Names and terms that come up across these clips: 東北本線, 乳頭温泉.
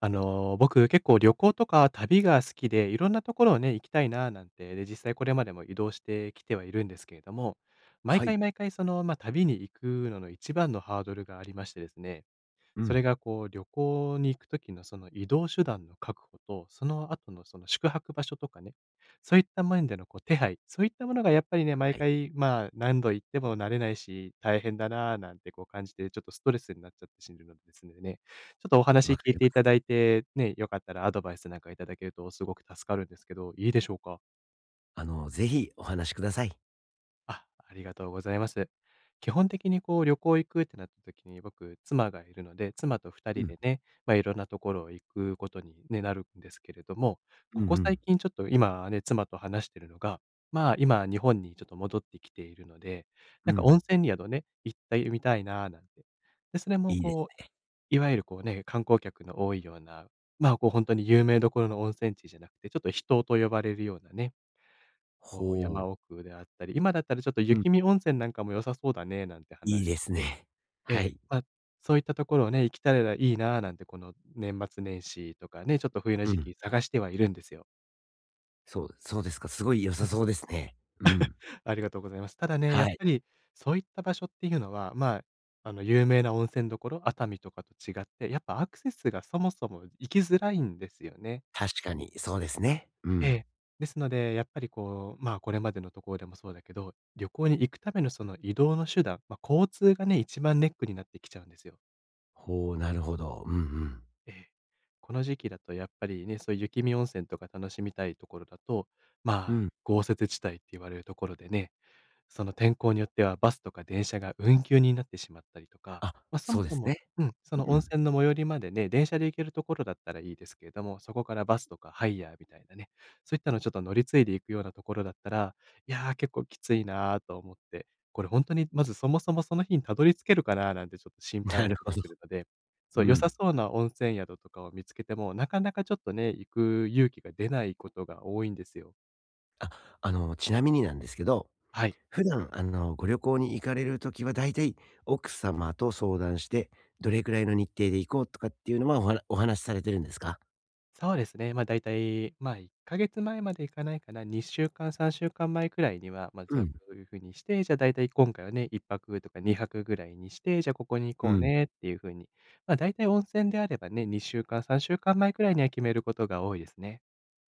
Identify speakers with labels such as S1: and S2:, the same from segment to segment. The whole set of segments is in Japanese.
S1: 僕、結構旅行とか旅が好きで、いろんなところをね、行きたいななんて、で、実際これまでも移動してきてはいるんですけれども、毎
S2: はい。
S1: 回毎回その、旅に行くのの一番のハードルがありましてですね。
S2: う
S1: そ
S2: ん。
S1: れがこう旅行に行く時のその移動手段の確保と、その後のその宿泊場所とかね、そういった面でのこう手配、そういったものがやっぱりね、毎
S2: はい、
S1: 回、何度行っても慣れないし、大変だなぁなんてこう感じて、ちょっとストレスになっちゃって死ぬのでですね、ちょっとお話
S2: わか
S1: 聞い
S2: り
S1: て
S2: ま
S1: いただ
S2: す。
S1: いて、ね、よかったらアドバイスなんかいただけるとすごく助かるんですけど、いいでしょうか？
S2: ぜひお話しください。
S1: あ、ありがとうございます。基本的にこう旅行行くってなった時に、僕、妻がいるので、妻と2
S2: う
S1: 人
S2: ん。
S1: でね、いろんなところを行くことにね、なるんですけれども、
S2: うんう
S1: ここ
S2: ん。
S1: 最近ちょっと今ね、妻と話してるのが、今日本にちょっと戻ってきているので、
S2: う
S1: なんか
S2: ん。
S1: 温泉宿ね、行ってみたいなーなんて。で、それも
S2: いいです。
S1: こう、いわゆるこうね、観光客の多いような、こう本当に有名どころの温泉地じゃなくて、ちょっと人と呼ばれるようなね、こう、
S2: ほ
S1: 山
S2: う。
S1: 奥であったり、今だったらちょっと
S2: うん。
S1: 雪見温泉なんかも良さそうだね、なんて
S2: いい
S1: 話し
S2: です
S1: てて、
S2: ね。
S1: え
S2: は
S1: え、
S2: い。
S1: まあ、そういったところをね、行きたらいいななんてこの年末年始とかね、ちょっと冬の
S2: う
S1: 時
S2: ん。
S1: 期探してはいるんですよ。
S2: そうですか。すごい良
S1: う
S2: さ
S1: んうん、
S2: そうですね。うん。
S1: ありがとうございます。ただね、や
S2: は
S1: っ
S2: い、
S1: ぱりそういった場所っていうのは、有名な温泉どころ、熱海とかと違って、やっぱアクセスがそもそも行きづらいんですよね。
S2: 確かにそうですね。う
S1: え
S2: ん。
S1: え。ですので、やっぱりこう、これまでのところでもそうだけど、旅行に行くためのその移動の手段、ま、交通がね、一番ネックになってきちゃうんですよ。
S2: ほう、なるほど。うんうん。
S1: ええ。この時期だとやっぱりね、そういう雪見温泉とか楽しみたいところだと、
S2: うん
S1: 豪雪地帯って言われるところでね、その天候によってはバスとか電車が運休になってしまったりとか、
S2: あ、
S1: そ
S2: そ
S1: も
S2: うで
S1: そ
S2: す
S1: も
S2: ね。
S1: そ
S2: う
S1: の温
S2: ん。
S1: 泉の最寄りまでね、電車で行けるところだったらいいですけれども、そこからバスとかハイヤーみたいなね、そういったのちょっと乗り継いでいくようなところだったら、いや、結構きついなーと思って、これ本当にまずそもそもその日にたどり着けるかなーなんてちょっと 心配
S2: な
S1: も
S2: る
S1: 出
S2: ほ
S1: て
S2: ど。
S1: くるので、そ
S2: う
S1: う、良さ
S2: ん。
S1: そうな温泉宿とかを見つけても、なかなかちょっとね、行く勇気が出ないことが多いんですよ。
S2: あ、ちなみになんですけど、
S1: はい。
S2: 普段、ご旅行に行かれるときは、大体奥様と相談して、どれくらいの日程で行こうとかっていうのは、お話しされてるんですか？
S1: そうですね。まあ大体、まあだいたい、ま、1ヶ月前までいかないかな、2週間、3週間前くらいには、ま、
S2: う
S1: じゃあ、
S2: ん、
S1: こういう風にして、じゃあ、だいたい今回はね、1泊とか2泊ぐらいにして、じゃあ、ここに
S2: う
S1: 行こう
S2: ん。
S1: ねっていう風に、ま、だいたい温泉であればね、2週間、3週間前くらいには決めることが多いですね。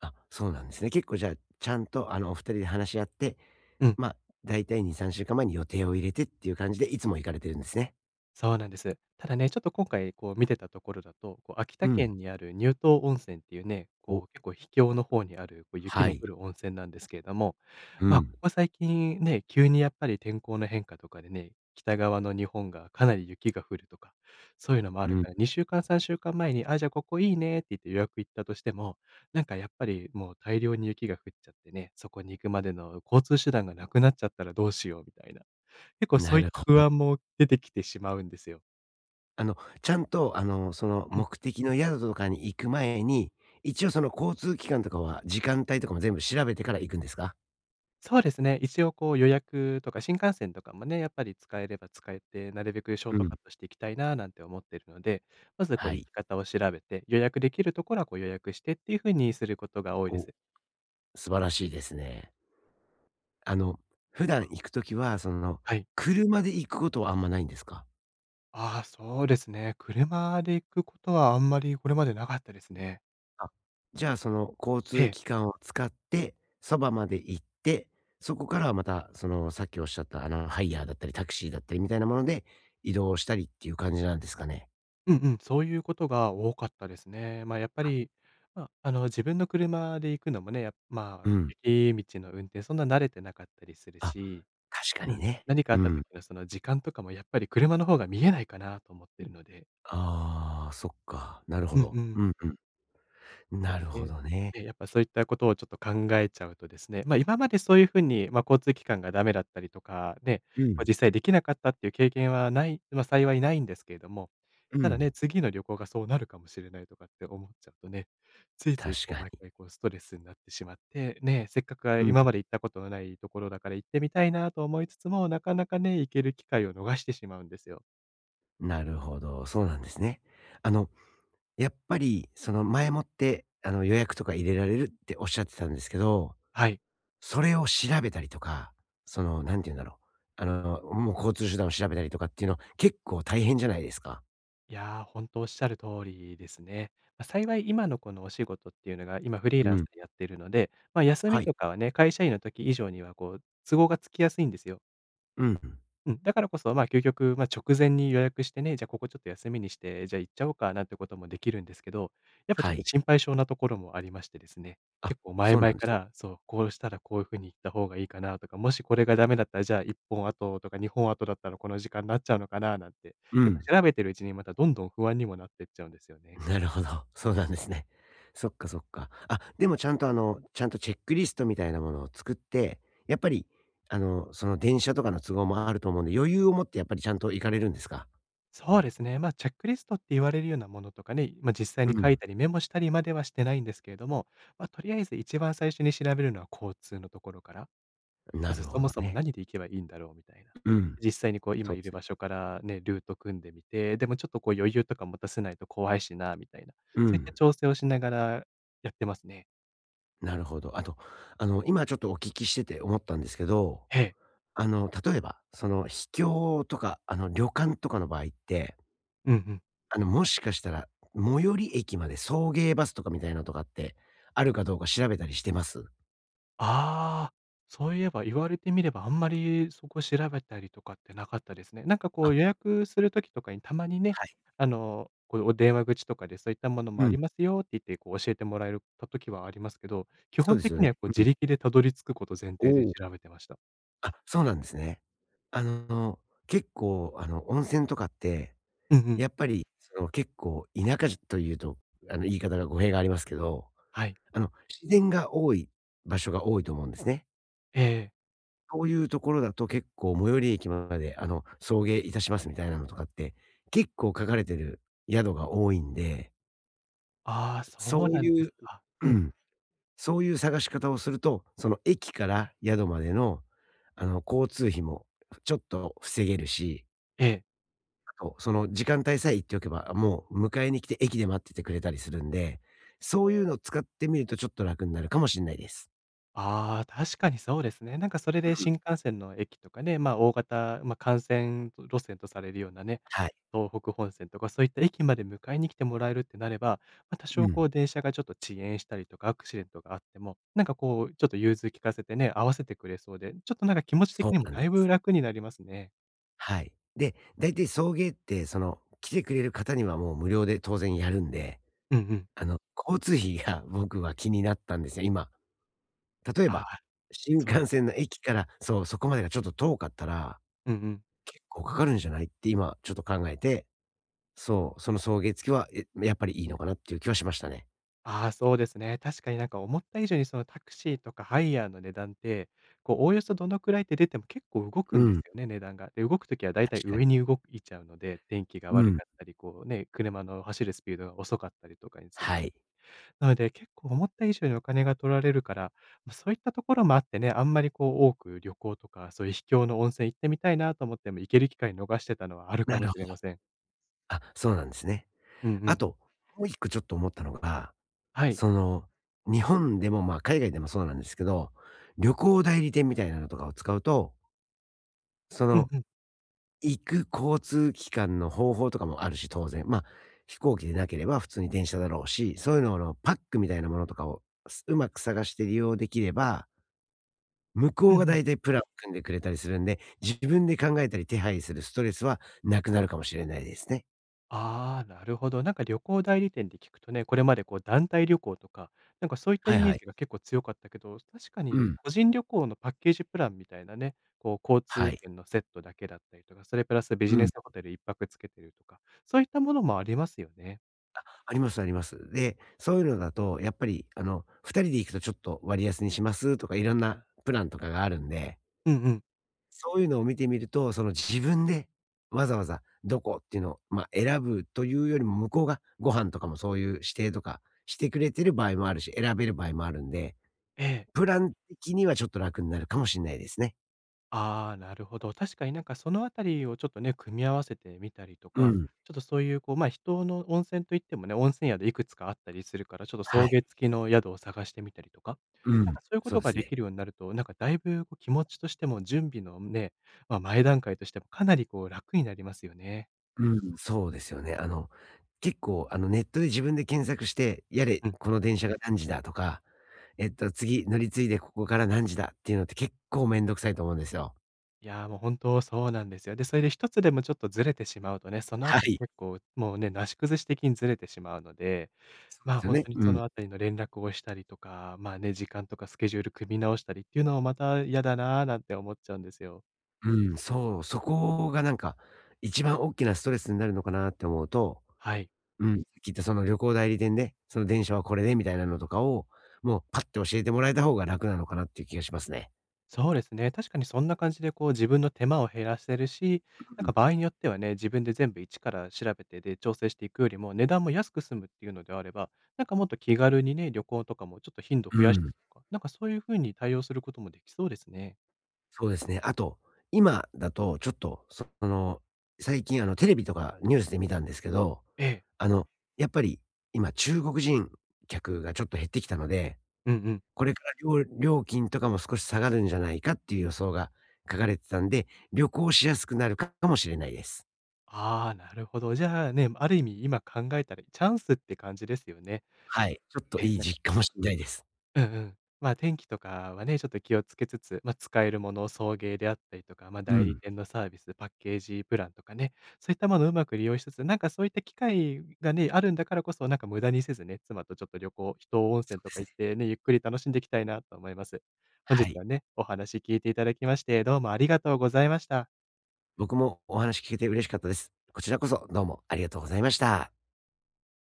S2: あ、そうなんですね。結構じゃあ、ちゃんと、お二人で話し合って、
S1: うん。
S2: まあ、大体2、3週間前に予定を入れてっていう感じで、いつも行かれてるんですね。
S1: そうなんです。ただね、ちょっと今回こう見てたところだと、こう秋
S2: う
S1: 田
S2: ん。
S1: 県にある乳頭温泉っていうね、
S2: お、
S1: こう結構秘境の方にあるこう雪
S2: は
S1: の
S2: い。
S1: 降る温泉なんですけれども、
S2: う
S1: こ
S2: ん、
S1: こ最近ね、急にやっぱり天候の変化とかでね、北側の日本がかなり雪が降るとか、そういうのもあ
S2: う
S1: る
S2: ん。
S1: から2週間、3週間前にしゅうかん、さんしゅうかんまえに「あ、じゃあここいいね」って言って予約行ったとしても、なんかやっぱりもう大量に雪が降っちゃってね、そこに行くまでの交通手段がなくなっちゃったらどうしようみたいな。結構そ
S2: な
S1: ういっ
S2: る
S1: た
S2: ほ
S1: 不安
S2: ど。
S1: も出てきてしまうんですよ。
S2: あの、ちゃんと、その
S1: うん。
S2: 目的の宿とかに行く前に、一応その交通機関とかは、時間帯とかも全部調べてから行くんですか？
S1: そうですね、一応こう予約とか新幹線とかもね、やっぱり使えれば使えて、なるべくショー
S2: う
S1: ト
S2: ん。
S1: カットしていきたいななんて思ってるので、まずこう
S2: は
S1: 行
S2: い。
S1: き方を調べて、予約できるところはこう予約してっていう風にすることが多いで
S2: お、
S1: す。
S2: 素晴らしいですね。あの、普段行くときは、
S1: はい。
S2: 車で行くことはあんまないんですか？
S1: ああ、そうですね。車で行くことはあんまりこれまでなかったですね。
S2: あ、じゃあ、交
S1: え
S2: 通
S1: え。
S2: 機関を使って、そばまで行って、そこからはまた、さっきおっしゃった、ハイヤーだったりタクシーだったりみたいなもので移動したりっていう感じなんですかね？
S1: うんうん、そういうことが多かったですね。まあ、やっぱ
S2: あ、
S1: り、まあ、あの、自分の車で行くのもね、やっまあ、
S2: うん。
S1: 雪道の運転そんな慣れてなかったりする
S2: あ、
S1: し、
S2: 確か
S1: う
S2: に
S1: ん。
S2: ね。
S1: 何かあっ
S2: う
S1: た
S2: ん。
S1: 時のその時間とかもやっぱり車の方が見えないかなと思ってるので。
S2: ああ、そっか。なるほ
S1: うん
S2: ど。
S1: う
S2: うん
S1: ん。
S2: うん。
S1: た
S2: な
S1: だ
S2: るほ
S1: ね、
S2: どね。
S1: やっぱそういったことをちょっと考えちゃうとですね、今までそういうふうに、交通機関がダメだったりとか、ね、
S2: う
S1: ま、
S2: ん、
S1: 実際できなかったっていう経験はない、幸いないんですけれども、
S2: う
S1: ただね、
S2: ん。
S1: 次の旅行がそうなるかもしれないとかって思っちゃうとね、ついつい
S2: 確
S1: こう
S2: か
S1: 毎
S2: に。
S1: 回こうストレスになってしまって、ね、せっかくは
S2: う
S1: 今
S2: ん。
S1: まで行ったことのないところだから行ってみたいなと思いつつも、なかなかね、行ける機会を逃してしまうんですよ。
S2: なるほど、そうなんですね。あの、やっぱり、前もって、予約とか入れられるっておっしゃってたんですけど、
S1: はい。
S2: それを調べたりとか、なんて言うんだろう。もう交通手段を調べたりとかっていうの、結構大変じゃないですか。
S1: 本当おっしゃる通りですね。幸い今のこのお仕事っていうのが、今フリー
S2: う
S1: ランス
S2: ん。
S1: でやってるので、休み
S2: はい。
S1: とかはね、会社員の時以上にはこう、都合がつきやすいんですよ。
S2: うん。
S1: うん、だからこそ、究極、直前に予約してね、じゃ、あここちょっと休みにして、じゃあ行っちゃおうかなんてこともできるんですけど、やっぱちょ
S2: は
S1: っと
S2: い。
S1: 心配性なところもありましてですね、
S2: あ、
S1: 結構前
S2: そうな
S1: 々
S2: んで
S1: か
S2: すね。
S1: ら、そう、こうしたらこういう風に行った方がいいかなとか、もしこれがダメだったら、じゃあ1本後ととか2本後だったらこの時間になっちゃうのかななんて、
S2: う
S1: やっぱ
S2: ん。
S1: 調べてるうちにまたどんどん不安にもなってっちゃうんですよね。
S2: なるほど。そうなんですね。そっかそっか。あ、でもちゃんとちゃんとチェックリストみたいなものを作って、やっぱり、その電車とかの都合もあると思うんで、余裕を持ってやっぱりちゃんと行かれるんですか？
S1: そうですね、チェックリストって言われるようなものとかね、実際
S2: う
S1: に書い
S2: ん。
S1: たりメモしたりまではしてないんですけれども、とりあえず一番最初に調べるのは交通のところから。ま
S2: なる
S1: ず、そ
S2: ほ
S1: も
S2: ど
S1: そも
S2: ね。
S1: 何で行けばいいんだろうみたいな。
S2: うん。
S1: 実際にこう今
S2: そう
S1: い
S2: です
S1: る
S2: ね。
S1: 場所からね、ルート組んでみて、でもちょっとこう余裕とか持たせないと怖いしなみたいな、
S2: う
S1: そういった
S2: ん。
S1: 調整をしながらやってますね。
S2: なるほど。あと、今ちょっとお聞きしてて思ったんですけど、
S1: ええ。
S2: 例えば、その秘境とか、旅館とかの場合って
S1: うんうん。
S2: もしかしたら、最寄り駅まで送迎バスとかみたいなのとかって、あるかどうか調べたりしてます？
S1: ああ、そういえば言われてみればあんまりそこ調べたりとかってなかったですね。なんかこ
S2: あ、
S1: う予約する時とかにたまにね、
S2: はい。
S1: こうお電話口とかでそういったものも
S2: う
S1: あ
S2: ん。
S1: りますよって言ってこう教えてもらえるた時はありますけど、基
S2: そう
S1: 本
S2: です
S1: 的
S2: よね。
S1: にはこう
S2: う
S1: 自
S2: ん。
S1: 力でたどり着くこと前
S2: お
S1: 提で
S2: お。
S1: 調べてました。
S2: あ、そうなんですね。あの、結構、温泉とかって、
S1: うんうん。
S2: やっぱり、結構田舎というと、言い方が語弊がありますけど、
S1: はい。
S2: あの、自然が多い場所が多いと思うんですね。
S1: ええ。
S2: そういうところだと結構最寄り駅まで、送迎いたしますみたいなのとかって、結構書かれてる宿が多いんで、
S1: ああ、
S2: そ
S1: そう
S2: う
S1: なんで
S2: いう
S1: すか。う
S2: う
S1: ん。
S2: ん、そういう探し方をすると、その駅から宿までの、交通費もちょっと防げるし、
S1: ええ。
S2: あと、その時間帯さえ言っておけば、もう迎えに来て駅で待っててくれたりするんで、そういうのを使ってみるとちょっと楽になるかもしんないです。
S1: ああ、確かにそうですね。なんかそれで
S2: うん。
S1: 新幹線の駅とかね、まあ、大型、幹線路線とされるようなね、
S2: はい。
S1: 東北本線とかそういった駅まで迎えに来てもらえるってなれば、まあ、多
S2: う
S1: 少
S2: ん。
S1: こう電車がちょっと遅延したりとかアクシデントがあっても、なんかこうちょっと融通聞かせてね、合わせてくれそうで、ちょっとなんか気持ち
S2: そ
S1: 的
S2: う
S1: にも
S2: なんで
S1: だいぶ
S2: す。
S1: 楽になりますね。
S2: はい。で、だいたい送迎って、来てくれる方にはもう無料で当然やるんで、
S1: うんうん。
S2: あの、交通費が僕は気になったんですよ、今。例え
S1: あ
S2: ば、
S1: あ、
S2: 新
S1: そうで
S2: 幹
S1: す。
S2: 線の駅から、そう、そこまでがちょっと遠かったら、
S1: うんうん。
S2: 結構かかるんじゃないって今ちょっと考えて、そう、その送迎付きは、え、やっぱりいいのかなっていう気はしましたね。
S1: ああ、そうですね。確かになんか思った以上にそのタクシーとかハイヤーの値段って、こうおおよそどのくらいって出ても結構動く
S2: う
S1: んで
S2: ん、
S1: すよね、値段が。で、動くときはだいたい
S2: 確かに。
S1: 上に動いちゃうので、天気が
S2: う
S1: 悪
S2: ん、
S1: かったり、こうね、車の走るスピードが遅かったりとかにする
S2: は
S1: と。
S2: い。
S1: なので、結構思った以上にお金が取られるから、まあ、そういったところもあってね、あんまりこう多く旅行とか、そういう秘境の温泉行ってみたいなと思っても、行ける機会逃してたのはあるか
S2: な
S1: も
S2: る
S1: し
S2: ほ
S1: れま
S2: ど。
S1: せん。
S2: あ、そうなんですね。
S1: うんう
S2: あ
S1: ん。
S2: と、もう一個ちょっと思ったのが、
S1: はい。
S2: その、日本でも、まあ、海外でもそうなんですけど、旅行代理店みたいなのとかを使うと、そ
S1: うん
S2: の
S1: うん。
S2: 行く交通機関の方法とかもあるし、当然。まあ、飛行機でなければ普通に電車だろうし、そういうののパックみたいなものとかを、まく探して利用できれば、向こ
S1: うん
S2: う
S1: う
S2: が
S1: ん。
S2: 大体プランを組んでくれたりするんで、自分で考えたり手配するストレスはなくなるかもしれないですね。
S1: ああ、なるほど。なんか旅行代理店で聞くとね、これまでこう団体旅行とか、なんかそういった
S2: はい
S1: イメ
S2: は
S1: ー
S2: い。
S1: ジが結構強かったけど、確か
S2: う
S1: に
S2: ん。
S1: 個人旅行のパッケージプランみたいなね、こう交
S2: は
S1: 通
S2: い。
S1: 券のセットだけだったりとか、それプラスビ
S2: う
S1: ジネ
S2: ん。
S1: スホテル一泊つけてるとか、そういったものもありますよね。
S2: ありますあります。で、そういうのだとやっぱり、2人で行くとちょっと割安にしますとか、いろんなプランとかがあるんで、
S1: うんうん。
S2: そういうのを見てみると、その自分でわざわざどこっていうのを、まあ、選ぶというよりも、向こうがご飯とかもそういう指定とかしてくれてる場合もあるし、選べる場合もあるんで、
S1: ええ。
S2: プラン的にはちょっと楽になるかもしれないですね。
S1: ああ、なるほど。確かになんかそのあたりをちょっとね、組み合わせてみたりと
S2: う
S1: か、
S2: ん。
S1: ちょっとそういうこう、人の温泉といってもね、温泉宿いくつかあったりするから、ちょっと
S2: は
S1: 送
S2: い。
S1: 迎付きの宿を探してみたりとか、
S2: う
S1: なん
S2: ん。
S1: かそういうこ
S2: そう
S1: と
S2: で
S1: が
S2: す
S1: で
S2: ね。
S1: きるようになると、なんかだいぶこう気持ちとしても準備のね、ま、前段階としてもかなりこう楽になりますよね。
S2: うん、そうですよね。結構、ネットで自分で検索して、やれ、
S1: うん。
S2: この電車が何時だとか、えっと、次乗り継いでここから何時だっていうのって結構めんどくさいと思うんですよ。
S1: いや、もう本当そうなんですよ。で、それで一つでもちょっとずれてしまうとね、その
S2: は
S1: 後も
S2: い。
S1: 結構もうね、なし崩し的にずれてしまうので、
S2: そう
S1: ま
S2: で
S1: あ、
S2: すよ
S1: 本
S2: ね。
S1: 当に
S2: う
S1: そ
S2: ん。
S1: のあたりの連絡をしたりとか、まあね、時間とかスケジュール組み直したりっていうのもまた嫌だなぁなんて思っちゃうんですよ。
S2: うん、そう、そこがなんか、一番大きなストレスになるのかなって思うと、
S1: はい。
S2: うん、さっき言ったその旅行代理店で、その電車はこれでみたいなのとかを、もうパッて教えてもらえた方が楽なのかなっていう気がしますね。
S1: そうですね、確かにそんな感じでこう自分の手間を減らせるし、
S2: う
S1: なんか
S2: ん。
S1: 場合によってはね、自分で全部一から調べて、で、調整していくよりも、値段も安く済むっていうのであれば、なんかもっと気軽にね、旅行とかもちょっと頻度
S2: う
S1: 増やして
S2: ん。
S1: とか、なんかそういう風に対応することもできそうですね。
S2: そうですね。あと、今だとちょっと、最近あのテレビとかニュースで見たんですけど、
S1: ええ。
S2: あの、やっぱり今中国人客がちょっと減ってきたので、
S1: うんうん。
S2: これから料金とかも少し下がるんじゃないかっていう予想が書かれてたんで、旅行しやすくなるかもしれないです。
S1: ああ、なるほど。じゃあね、ある意味今考えたらチャンスって感じですよね。
S2: はい、ちょっと
S1: ええ。
S2: いい実家もしんないです。
S1: うんうん。まあ、天気とかはね、ちょっと気をつけつつ、ま、使えるもの、送迎であったりとか、ま、
S2: う
S1: 代理
S2: ん、
S1: 店のサービス、パッケージプランとかね、そういったものをうまく利用しつつ、なんかそういった機会がね、あるんだからこそ、なんか無駄にせずね、妻とちょっと旅行、秘湯温
S2: そ
S1: 泉
S2: う
S1: と
S2: で
S1: か
S2: すね。
S1: 行ってね、ゆっくり楽しんでいきたいなと思います。本
S2: は
S1: 日
S2: い。
S1: はね、お話聞いていただきまして、どうもありがとうございました。
S2: 僕もお話聞けて嬉しかったです。こちらこそどうもありがとうございました。